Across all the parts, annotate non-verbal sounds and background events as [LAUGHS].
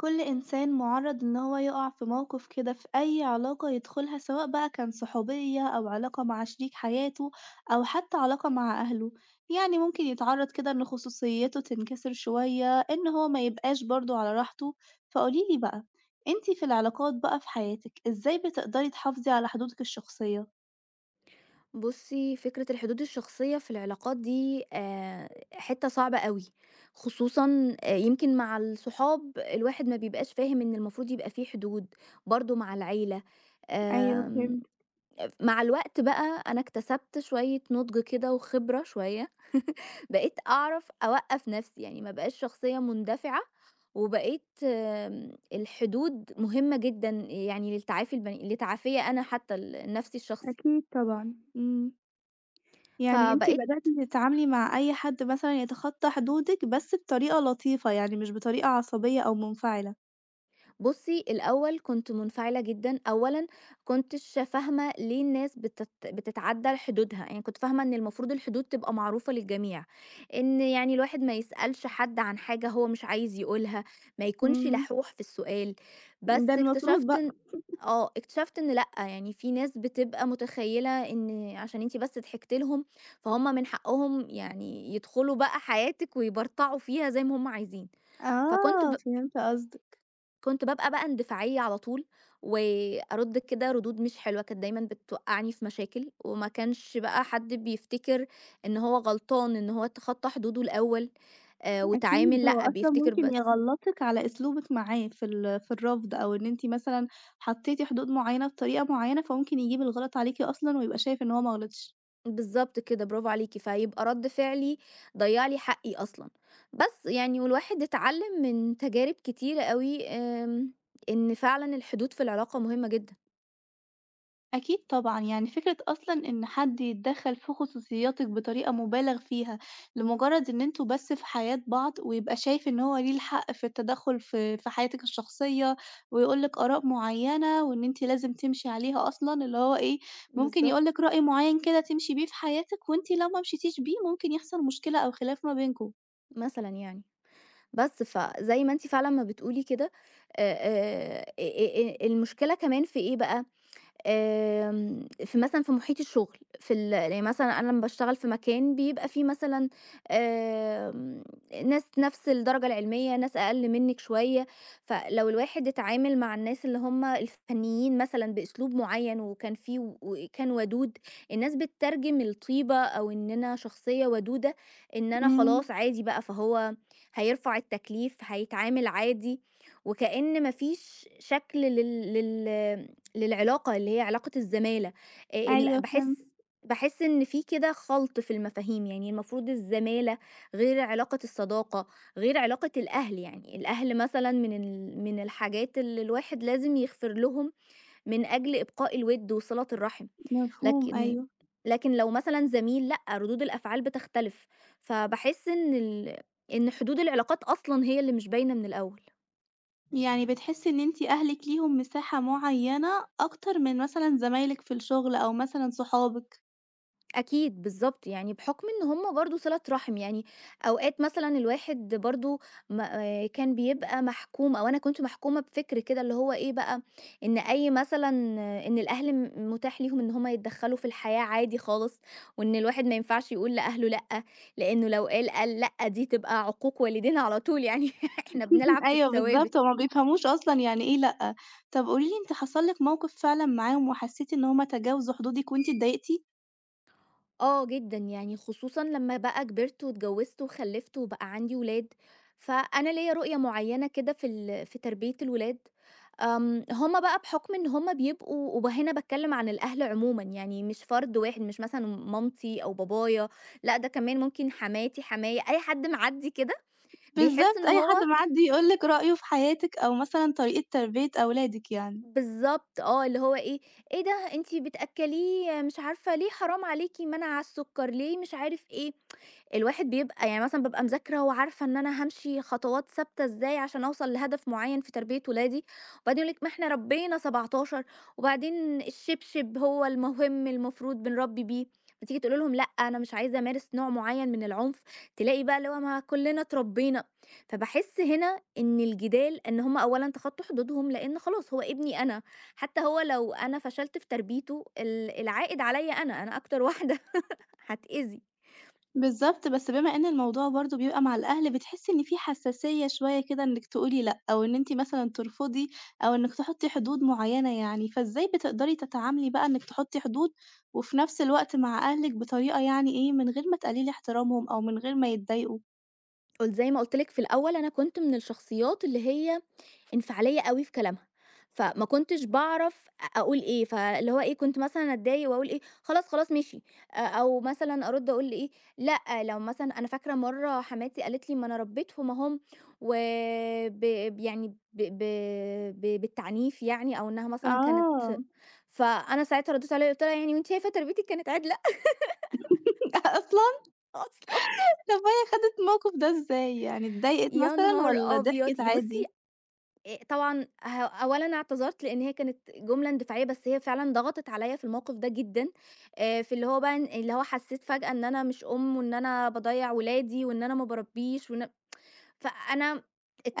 كل إنسان مُعرّض إن هو يُقع في موقف كده في أي علاقة يدخلها، سواء بقى كان صحوبية أو علاقة مع شريك حياته أو حتى علاقة مع أهله، يعني ممكن يتعرّض كده إن خصوصيته تنكسر شوية، إن هو ما يبقاش برضه على راحته، فقولي لي بقى أنتِ في العلاقات بقى في حياتِك إزاي بتقدري تحافظي على حدودِك الشخصية؟ بُصّي، فكرة الحدود الشخصية في العلاقات دي حتّة صعبة أوي، خصوصًا يمكن مع الصحاب الواحد ما بيبقاش فاهم إن المفروض يبقى في حدود، برضه مع العيلة. أيوه آمم فهمت. مع الوقت بقى أنا اكتسبت شوية نُضج كده وخبرة شوية، بقيت أعرف أوقّف نَفْسي، يعني ما بقاش شخصية مندفعة، وبقيت الحدود مهمة جدًا يعني للتعافي البني لتعافيّا أنا حتّى النَفْسي الشخصي. أكيد طبعًا، إمم. يعني أنتِ فبقيت بدأتِ تتعاملي مع أي حد مثلًا يتخطى حدودِك، بس بطريقة لطيفة، يعني مش بطريقة عصبية أو منفعلة. بُصّي، الأول كنت منفعلة جدًا، أولًا كنتش فاهمة ليه الناس بتتعدّى حدودها، يعني كنت فاهمة إن المفروض الحدود تبقى معروفة للجميع، إن يعني الواحد ما يسألش حد عن حاجة هو مش عايز يقولها، ما يكونش إمم، لحوح في السؤال. ده بس المفروض اكتشفت بقى. إن آه، اكتشفت إن لأ، يعني في ناس بتبقى متخيّلة إن عشان أنتِ بس ضحكتِ لهم، فهُم من حقهم يعني يدخلوا بقى حياتِك ويبرطعوا فيها زي ما هُم عايزين. فكنت آه، ب فهمت قصدك. كنت بابقى بقى اندفاعية على طول، وأرُد كده ردود مش حلوة، كانت دايمًا بتوقّعني في مشاكل، وما كانش بقى حد بيفتكر إن هو غلطان، إن هو تخطّى حدوده الأول، واتعامل، أكيد، هو لأ أصلًا بيفتكر ممكن بس. يغلطِك على أسلوبِك معاه في الرفض، أو إن أنتِ مثلًا حطيتِ حدود معينة بطريقة معينة، فممكن يجيب الغلط عليكِ أصلًا ويبقى شايف إن هو ما غلطش. بالضبط كده، برافو عليكِ، فيبقى رَد فعلي ضيّع لي حقي أصلًا، بس يعني والواحد اتعلّم من تجارب كتيرة أوي، إن فعلًا الحدود في العلاقة مهمة جدًا. أكيد طبعًا، يعني فكرة أصلًا إن حد يتدخّل في خصوصياتِك بطريقة مُبالغ فيها لمجرد إن أنتم بس في حياة بعض، ويبقى شايف إن هو ليه الحق في التدخُّل في حياتِك الشخصية، ويقول لِك آراء معيّنة وإن أنتِ لازم تمشي عليها أصلًا، اللي هو إيه، ممكن يقول بالضبط، لِك رأي معيّن كده تمشي بيه في حياتِك، وأنتِ لو ما مشيتيش بيه ممكن يحصل مشكلة أو خلاف ما بينكم. مثلًا يعني. بس فزي ما أنتِ فعلًا ما بتقولي كده، المشكلة كمان في إيه بقى؟ في مثلًا في محيط الشغل، في ال يعني مثلًا أنا لمّا باشتغل في مكان بيبقى فيه مثلًا آمم، ناس نفس الدرجة العلمية، ناس أقل منِّك شوية. فلو الواحد اتعامل مع الناس اللي هم الفنيين مثلًا بأسلوب معيّن وكان فيه وكان ودود، الناس بتترجم الطيبة أو إن أنا شخصية ودودة، إن أنا إمم، خلاص عادي بقى، فهو هيرفع التكليف، هيتعامل عادي، وكأن ما فيش شكل لل لل للعلاقة اللي هي علاقة الزمالة. ال أيوه باحس فهمت، باحس إن في كده خلْط في المفاهيم، يعني المفروض الزمالة غير علاقة الصداقة، غير علاقة الأهل، يعني الأهل مثلًا من من الحاجات اللي الواحد لازم يغفر لهم من أجل إبقاء الوِد وصِلة الرحم. مفهوم، لكن أيوه. لو مثلًا زميل لأ، ردود الأفعال بتختلف، فباحس إن حدود العلاقات أصلًا هي اللي مش باينة من الأول. يعني بتحسي إن أنتِ أهلِك ليهم مساحة معيّنة أكتر من مثلًا زمايلِك في الشغل أو مثلًا صحابِك. أكيد بالضبط، يعني بحُكم إن هم برضه صِلة رحم، يعني أوقات مثلًا الواحد برضه م كان بيبقى محكوم أو أنا كنت محكومة بفِكر كده اللي هو إيه بقى، إن أي مثلًا آه، إن الأهل مُتاح ليهم إن هم يتدخّلوا في الحياة عادي خالص، وإن الواحد ما ينفعش يقول لأهله لأ، لإنه لو قال لأ دي تبقى عقوق والدين على طول يعني [LAUGHS] إحنا بنلعب [LAUGHS] في أيوه الثوابت. بالضبط، هُم ما بيفهموش أصلًا يعني إيه لأ. طب قولي لي أنتِ حصل لِك موقف فعلًا معاهم وحسيتِ إن هُم تجاوزوا حدودِك وأنتِ اتضايقتِ؟ آه جدًا، يعني خصوصًا لمّا بقى كبرت واتجوّزت وخلّفت وبقى عندي ولاد، فأنا ليّا رؤية معيّنة كده في في تربية الولاد. هُم بقى بحُكم إن هُم بيبقوا، وهنا باتكلّم عن الأهل عمومًا، يعني مش فرد واحد، مش مثلًا مامتي أو بابايا، لأ ده كمان ممكن حماتي، حمايا، أي حد معدّي كده بيحس بالضبط، إن أي حد هو، معدّي يقول لِك رأيه في حياتِك أو مثلًا طريقة تربية أولادِك يعني. بالضبط آه، اللي هو إيه، إيه ده أنتِ بتأكّليه مش عارفة ليه، حرام عليكِ منع على السُكّر، ليه مش عارف إيه. الواحد بيبقى يعني مثلًا بابقى مذاكرة وعارفة إن أنا هامشي خطوات ثابتة إزاي عشان أوصل لهدف معيّن في تربية ولادي، وبعدين يقول لِك ما إحنا ربّينا 17، وبعدين الشبشب هو المهم المفروض بنربّي بيه. فتيجي تقولي لهم لأ أنا مش عايزة أمارس نوع معيّن من العنف، تلاقي بقى اللي هو ما كلنا اتربينا. فباحس هنا إن الجدال، إن هم أولًا تخطّوا حدودهم لإن خلاص هو ابني أنا، حتى هو لو أنا فشلت في تربيته، العائد عليّا أنا، أنا أكتر واحدة [LAUGHS] هاتأذي. بالضبط، بس بما إن الموضوع برضه بيبقى مع الأهل، بتحسّي إن في حساسية شوية كده إنِّك تقولي لأ، أو إن أنتِ مثلًا ترفضي أو إنِّك تحطّي حدود معيّنة يعني، فإزاي بتقدري تتعاملي بقى إنِّك تحطّي حدود، وفي نفس الوقت مع أهلِك بطريقة يعني إيه، من غير ما تقلِّلي احترامهم أو من غير ما يتضايقوا؟ قل زي ما قُلت لِك في الأول أنا كنت من الشخصيات اللي هي انفعالية أوي في كلامها، فما كنتش باعرف أقول إيه، فاللي هو إيه، كنت مثلًا أتضايق وأقول إيه، خلاص، خلاص ماشي، أو مثلًا أرُد أقول إيه، لأ. لو مثلًا أنا فاكرة مرّة حماتي قالت لي: "ما أنا ربيتهم أهُم." و ب ب يعني ب ب ب بالتعنيف يعني، أو إنها مثلًا كانت. آه، فأنا ساعتها ردّيت عليها قُلت لها: "يعني وأنتِ شايفة تربيتِك كانت عِدلة [LAUGHS] أصلًا! [LAUGHS] أصلًا؟" طَب وهي خدِت الموقف ده إزاي، يعني اتضايقت يا مثلًا نهار والّا أبيض! ضحكِت بُصّي، عادي؟ طبعًا أولًا اعتذرت لإن هي كانت جملة اندفاعية، بس هي فعلًا ضغطت عليّا في الموقف ده جدًا. في اللي هو بقى إن اللي هو حسّيت فجأة إن أنا مش أم وإن أنا باضيّع ولادي وإن أنا ما باربّيش وإن، فأنا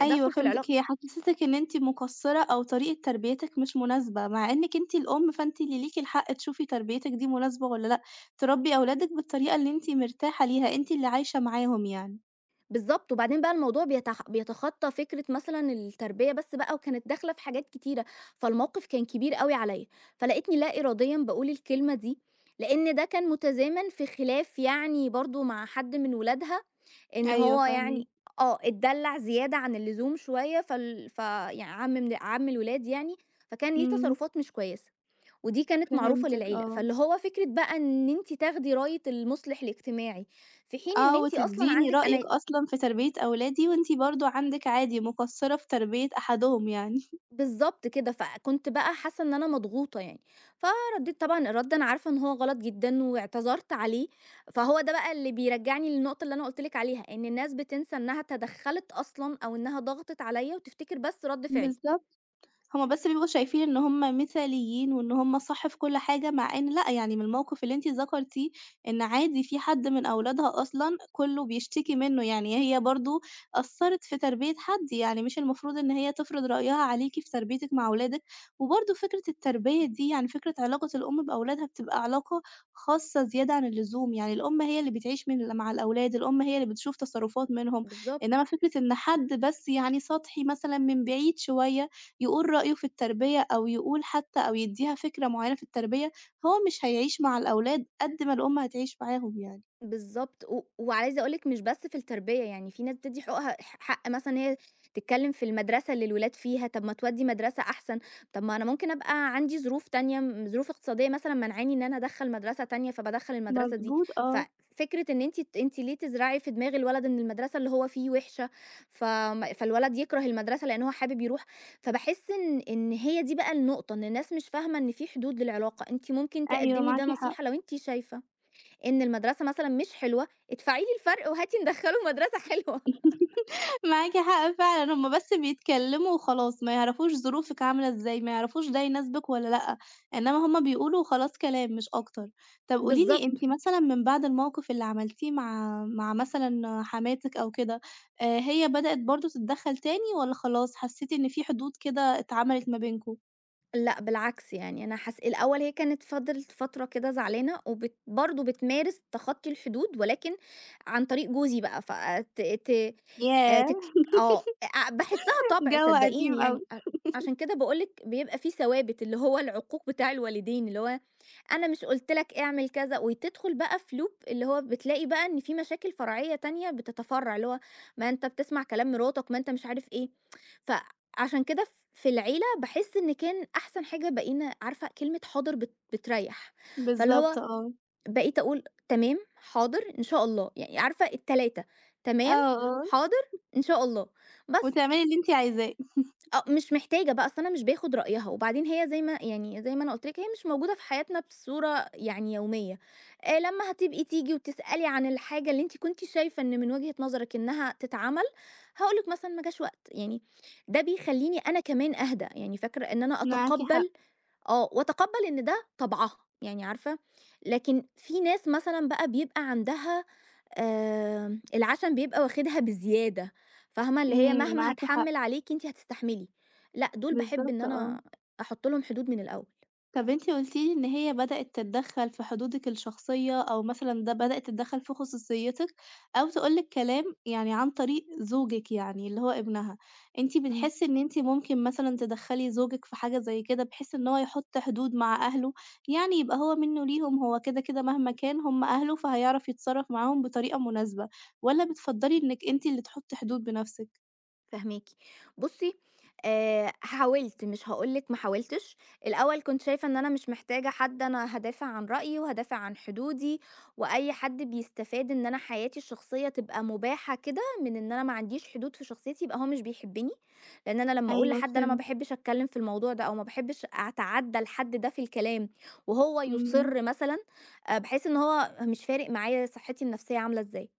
أيوه في العلاقة. فهمتِك، هي حسّستِك إن أنتِ مُقصّرة أو طريقة تربيتِك مش مناسبة، مع إنِّك أنتِ الأم فأنتِ اللي ليكِ الحق تشوفي تربيتِك دي مناسبة والّا لأ، تربّي أولادِك بالطريقة اللي أنتِ مرتاحة ليها، أنتِ اللي عايشة معاهم يعني. بالضبط، وبعدين بقى الموضوع بيتخطّى فكرة مثلًا التربية بس بقى وكانت داخلة في حاجات كتيرة، فالموقف كان كبير أوي عليّا، فلقيتني لا إراديًا باقول الكلمة دي، لإن ده كان متزامن في خلاف يعني برضه مع حد من ولادها، إن أيوه هو فاهماكِ، يعني آه، اتدلّع زيادة عن اللزوم شوية فال ف يعني عَم من عَم الولاد يعني، فكان ليه إمم، تصرُّفات مش كويسة، ودي كانت معروفة فهمتِك للعيلة، آه، فاللي هو فكرة بقى إن أنتِ تاخدي راية المُصلح الاجتماعي، في حين إن آه أنتِ أصلًا وتدّيني عندِك أنا. رأيِك أصلًا في تربية أولادي وأنتِ برضه عندِك عادي مُقصّرة في تربية أحدهم يعني. بالضبط كده، فكنت بقى حاسة إن أنا مضغوطة يعني، فردّيت طبعًا الرَد أنا عارفة إن هو غلط جدًا واعتذرت عليه، فهو ده بقى اللي بيرجّعني للنقطة اللي أنا قُلت لِك عليها، إن الناس بتنسى إنها تدخّلت أصلًا أو إنها ضغطت عليّا وتفتكر بس رَد [LAUGHS] فعلي. بالضبط. هُم بس بيبقوا شايفين إن هُم مثاليين وإن هُم صح في كل حاجة، مع إن لأ، يعني من الموقف اللي أنتِ ذكرتيه إن عادي في حد من أولادها أصلًا كُلّه بيشتكي منّه، يعني هي برضه قصّرت في تربية حد، يعني مش المفروض إن هي تفرض رأيها عليكِ في تربيتِك مع أولادِك، وبرضه فكرة التربية دي يعني فكرة علاقة الأم بأولادها بتبقى علاقة خاصة زيادة عن اللزوم، يعني الأم هي اللي بتعيش مع الأولاد، الأم هي اللي بتشوف تصرُّفات منهم، بالضبط، إنّما فكرة إن حد بس يعني سطحي مثلًا من بعيد شوية يقول رأيه في التربية أو يقول حتى أو يدّيها فكرة معيّنة في التربية، هو مش هيعيش مع الأولاد قد ما الأم هتعيش معاهم يعني. بالضبط، وعايزة أقول لِك مش بس في التربية، يعني في ناس بتدّي حقوقها حق مثلًا إن هي تتكلّم في المدرسة اللي الولاد فيها، طَب ما تودّي مدرسة أحسن، طَب ما أنا ممكن أبقى عندي ظروف تانية، ظروف اقتصادية مثلًا مانعاني إن أنا أدخّل مدرسة تانية، فبادخّل المدرسة دي. مضبوط آه، ففكرة إن أنتِ أنتِ ليه تزرعي في دماغ الولد إن المدرسة اللي هو فيه وِحشة، فالولد يكره المدرسة لإن هو حابب يروح. فباحس إن هي دي بقى النقطة، إن الناس مش فاهمة إن في حدود للعلاقة، أنتِ ممكن أيوه تقدّمي معاكِ ده حق. نصيحة لو أنتِ شايفة إن المدرسة مثلًا مش حلوة، ادفعي لي الفرق وهاتي ندخّله [LAUGHS] مدرسة حلوة. معاكِ حق فعلًا، هُم بس بيتكلّموا وخلاص، ما يعرفوش ظروفِك عاملة إزاي، ما يعرفوش ده يناسبِك والّا لأ، إنّما هُم بيقولوا وخلاص كلام مش أكتر. طَب قولي لي بالضبط. أنتِ مثلًا من بعد الموقف اللي عملتيه مع مثلًا حماتِك أو كده، هي بدأت برضه تتدخّل تاني والّا خلاص حسّيتِ إن في حدود كده اتعملت ما بينكم؟ لأ بالعكس، يعني أنا حس الأول هي كانت فضلت فترة كده زعلانة وبت برضه بتمارس تخطي الحدود، ولكن عن طريق جوزي بقى ف ت ت ياه! تك آه، باحسّها طبع جو صدّقيني قديم أوي. يعني. ع عشان كده باقول لِك بيبقى في ثوابت، اللي هو العقوق بتاع الوالدين، اللي هو أنا مش قُلت لك اعمل كذا، وتدخل بقى في loop اللي هو بتلاقي بقى إن في مشاكل فرعية تانية بتتفرّع، اللي هو ما أنت بتسمع كلام مراتك، ما أنت مش عارف إيه. فعشان كده ف في العيلة، باحس إن كان أحسن حاجة بقينا عارفة كلمة حاضر بتريّح، فاللي هو بالضبط آه. بقيت أقول تمام، حاضر، إن شاء الله، يعني عارفة ال3: تمام، آه، آه. حاضر، إن شاء الله، بس. وتعملي اللي أنتِ عايزاه. آه، مش محتاجة بقى، أصل أنا مش باخد رأيها، وبعدين هي زي ما يعني زي ما أنا قُلت لِك هي مش موجودة في حياتنا بصورة يعني يومية. لمّا هتبقي تيجي وتسألي عن الحاجة اللي أنتِ كنتِ شايفة إن من وجهة نظرِك إنها تتعمل، هاقول لِك مثلًا ما جاش وقت، يعني ده بيخلّيني أنا كمان أهدى، يعني فاكرة إن أنا معاكِ حق. أتقبّل، آه، وأتقبّل إن ده طبعها، يعني عارفة؟ لكن في ناس مثلًا بقى بيبقى عندها العشم بيبقى واخدها بزيادة، فاهمة؟ اللي هي إمم، مهما معاكِ حق. هاتحمّل عليكِ أنتِ هتستحملي. لأ، دول باحب إن بالضبط آه. أنا أحُط لهم حدود من الأول. طب أنتِ قُلتِ لي إن هي بدأت تتدخّل في حدودِك الشخصية، أو مثلًا ده بدأت تتدخّل في خصوصيتِك، أو تقول لِك كلام يعني عن طريق زوجِك يعني اللي هو ابنها، أنتِ إمم. بتحسّي إن أنتِ ممكن مثلًا تدخّلي زوجِك في حاجة زي كده، بحيث إن هو يحُط حدود مع أهله، يعني يبقى هو منّه ليهم، هو كده، كده مهما كان هم أهله، فهيعرف يتصرّف معاهم بطريقة مناسبة، والّا بتفضّلي إنِّك أنتِ اللي تحُطّي حدود بنَفْسِك؟ فاهماكِ. بُصّي، حاولت، مش هاقول لِك ما حاولتش. الأول كنت شايفة إن أنا مش محتاجة حد، أنا هادافع عن رأيي وهادافع عن حدودي، وأي حد بيستفاد إن أنا حياتي الشخصية تبقى مباحة كده من إن أنا ما عنديش حدود في شخصيتي، يبقى هو مش بيحبني، لإن أنا لمّا أقول أيوه لحد أنا ما فهمت، باحبش أتكلم في الموضوع ده أو ما باحبش أتعدى الحد ده في الكلام، وهو إمم، يُصِر مثلًا، باحس إن هو مش فارق معايا صحتي النفسية عاملة إزاي.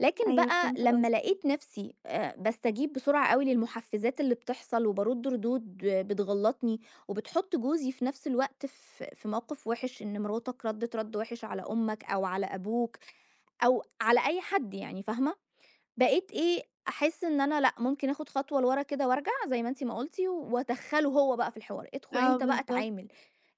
لكن أيوه بقى فهمت لمّا قصدك، لقيت نَفْسي باستجيب بسرعة أوي للمُحفّزات اللي بتحصل وبارُد ردود آه، بتغلّطني وبتحُط جوزي في نَفْس الوقت في موقِف وِحِش، إن مراتك ردِّت رَد وِحِش على أمّك أو على أبوك أو على أي حد يعني فاهمة. بقيت إيه، أحِس إن أنا لأ، ممكن آخُد خطوة لورا كده وارجع زي ما أنتِ ما قُلتِ وأدخّله هو بقى في الحوار، ادخُل آه أنت بقى بالضبط، اتعامل،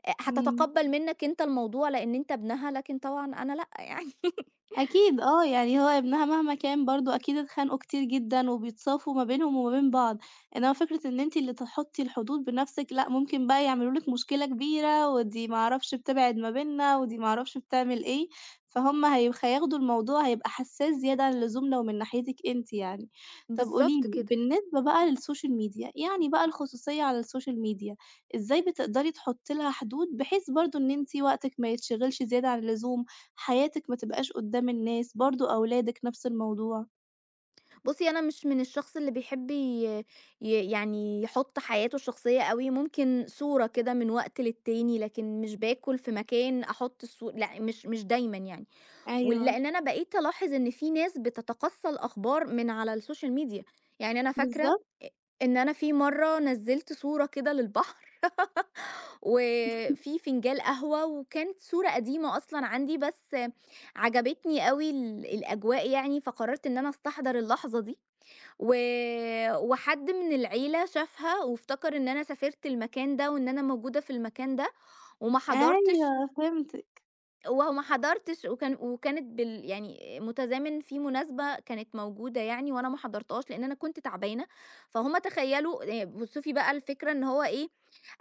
إمم. هتتقبّل منّك أنت الموضوع لإن أنت ابنها لكن طبعًا أنا لأ يعني. [LAUGHS] أكيد آه، يعني هو ابنها مهما كان برضه أكيد اتخانقوا كتير جدًا وبيتصافوا ما بينهم وما بين بعض، إنّما فكرة إن أنتِ اللي تحطّي الحدود بنَفْسِك لأ، ممكن بقى يعملوا لِك مشكلة كبيرة، ودي ما أعرفش بتبعد ما بيننا، ودي ما أعرفش بتعمل إيه، فهُم هياخدوا الموضوع هيبقى حساس زيادة عن اللزوم لو من ناحيتِك أنتِ يعني. طَب قولي بالضبط لي، كده. بالنسبة بقى للسوشيال ميديا، يعني بقى الخصوصية على السوشيال ميديا، إزاي بتقدري تحطّي لها حدود بحيث برضه إن أنتِ وقتِك ما يتشغلش زيادة عن اللزوم، حياتك ما تبقاش قدّام الناس، برضه أولادك نفس الموضوع. بُصّي، أنا مش من الشخص اللي بيحب ي ي يعني يحُط حياته الشخصية أوي، ممكن صورة كده من وقت للتاني، لكن مش باكل في مكان أحُط الصو، لأ، مش مش دايمًا يعني. أيوه، لإن أنا بقيت ألاحظ إن في ناس بتتقصّى الأخبار من على الSocial media، يعني أنا فاكرة بالضبط، أ إن أنا في مرّة نزّلت صورة كده للبحر [LAUGHS] وفي فنجان قهوة، وكانت صورة قديمة أصلًا عندي، بس عجبتني أوي الأجواء يعني، فقررت إن أنا أستحضر اللحظة دي. و وحد من العيلة شافها وافتكر إن أنا سافرت المكان ده وإن أنا موجودة في المكان ده، وما حضرتش أيوه فهمتِك، وما حضرتش وكان وكانت بال يعني متزامن في مناسبة كانت موجودة يعني وأنا ما حضرتهاش لأن أنا كنت تعبانة. فهم تخيلوا إيه، بصي بقى الفكرة إن هو إيه،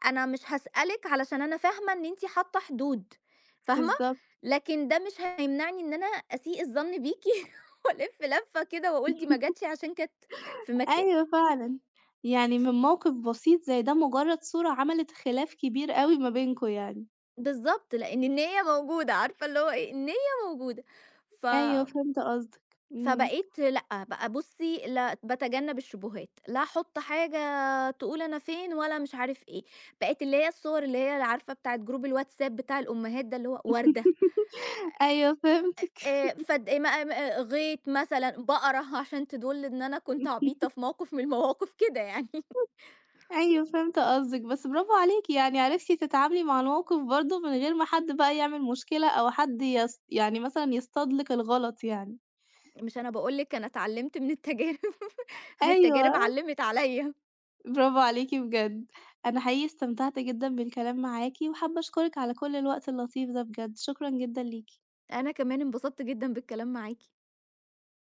أنا مش هسألك علشان أنا فاهمة إن أنتي حاطة حدود فاهمة، بالضبط، لكن ده مش هيمنعني إن أنا أسيء الظن بيكي [LAUGHS] وألف لفة كده وأقول دي ما جاتش عشان كانت في مك... أيوه فعلًا. يعني من موقف بسيط زي ده مجرّد صورة عملت خلاف كبير أوي ما بينكم يعني. بالضبط، لإن النيّة موجودة، عارفة اللي هو إيه، النيّة موجودة. ف أيوه فهمت قصدِك، إمم. فبقيت لأ، بقى بُصّي لا باتجنّب الشبهات، لا أحُط حاجة تقول أنا فين ولا مش عارف إيه. بقيت اللي هي الصور اللي هي عارفة بتاعة جروب الواتساب بتاع الأمهات ده اللي هو وردة، [LAUGHS] أيوه فهمتِك، فد م م غيط مثلًا، بقرة [LAUGHS] عشان تدُل إن أنا كنت عبيطة في موقف من المواقف كده يعني. [LAUGHS] أيوه فهمت قصدِك، بس برافو عليكِ يعني عرفتِ تتعاملي مع الموقف برضه من غير ما حد بقى يعمل مشكلة أو حد يص يعني مثلًا يصطاد لِك الغلط يعني. مش أنا باقول لِك أنا اتعلّمت من التجارب، [LAUGHS] هي التجارب أيوه. علّمت عليّا. برافو عليكِ بجد، أنا حقيقي استمتعت جدًا بالكلام معاكِ، وحابة أشكرِك على كل الوقت اللطيف ده بجد، شكرًا جدًا ليكِ. أنا كمان انبسطت جدًا بالكلام معاكِ.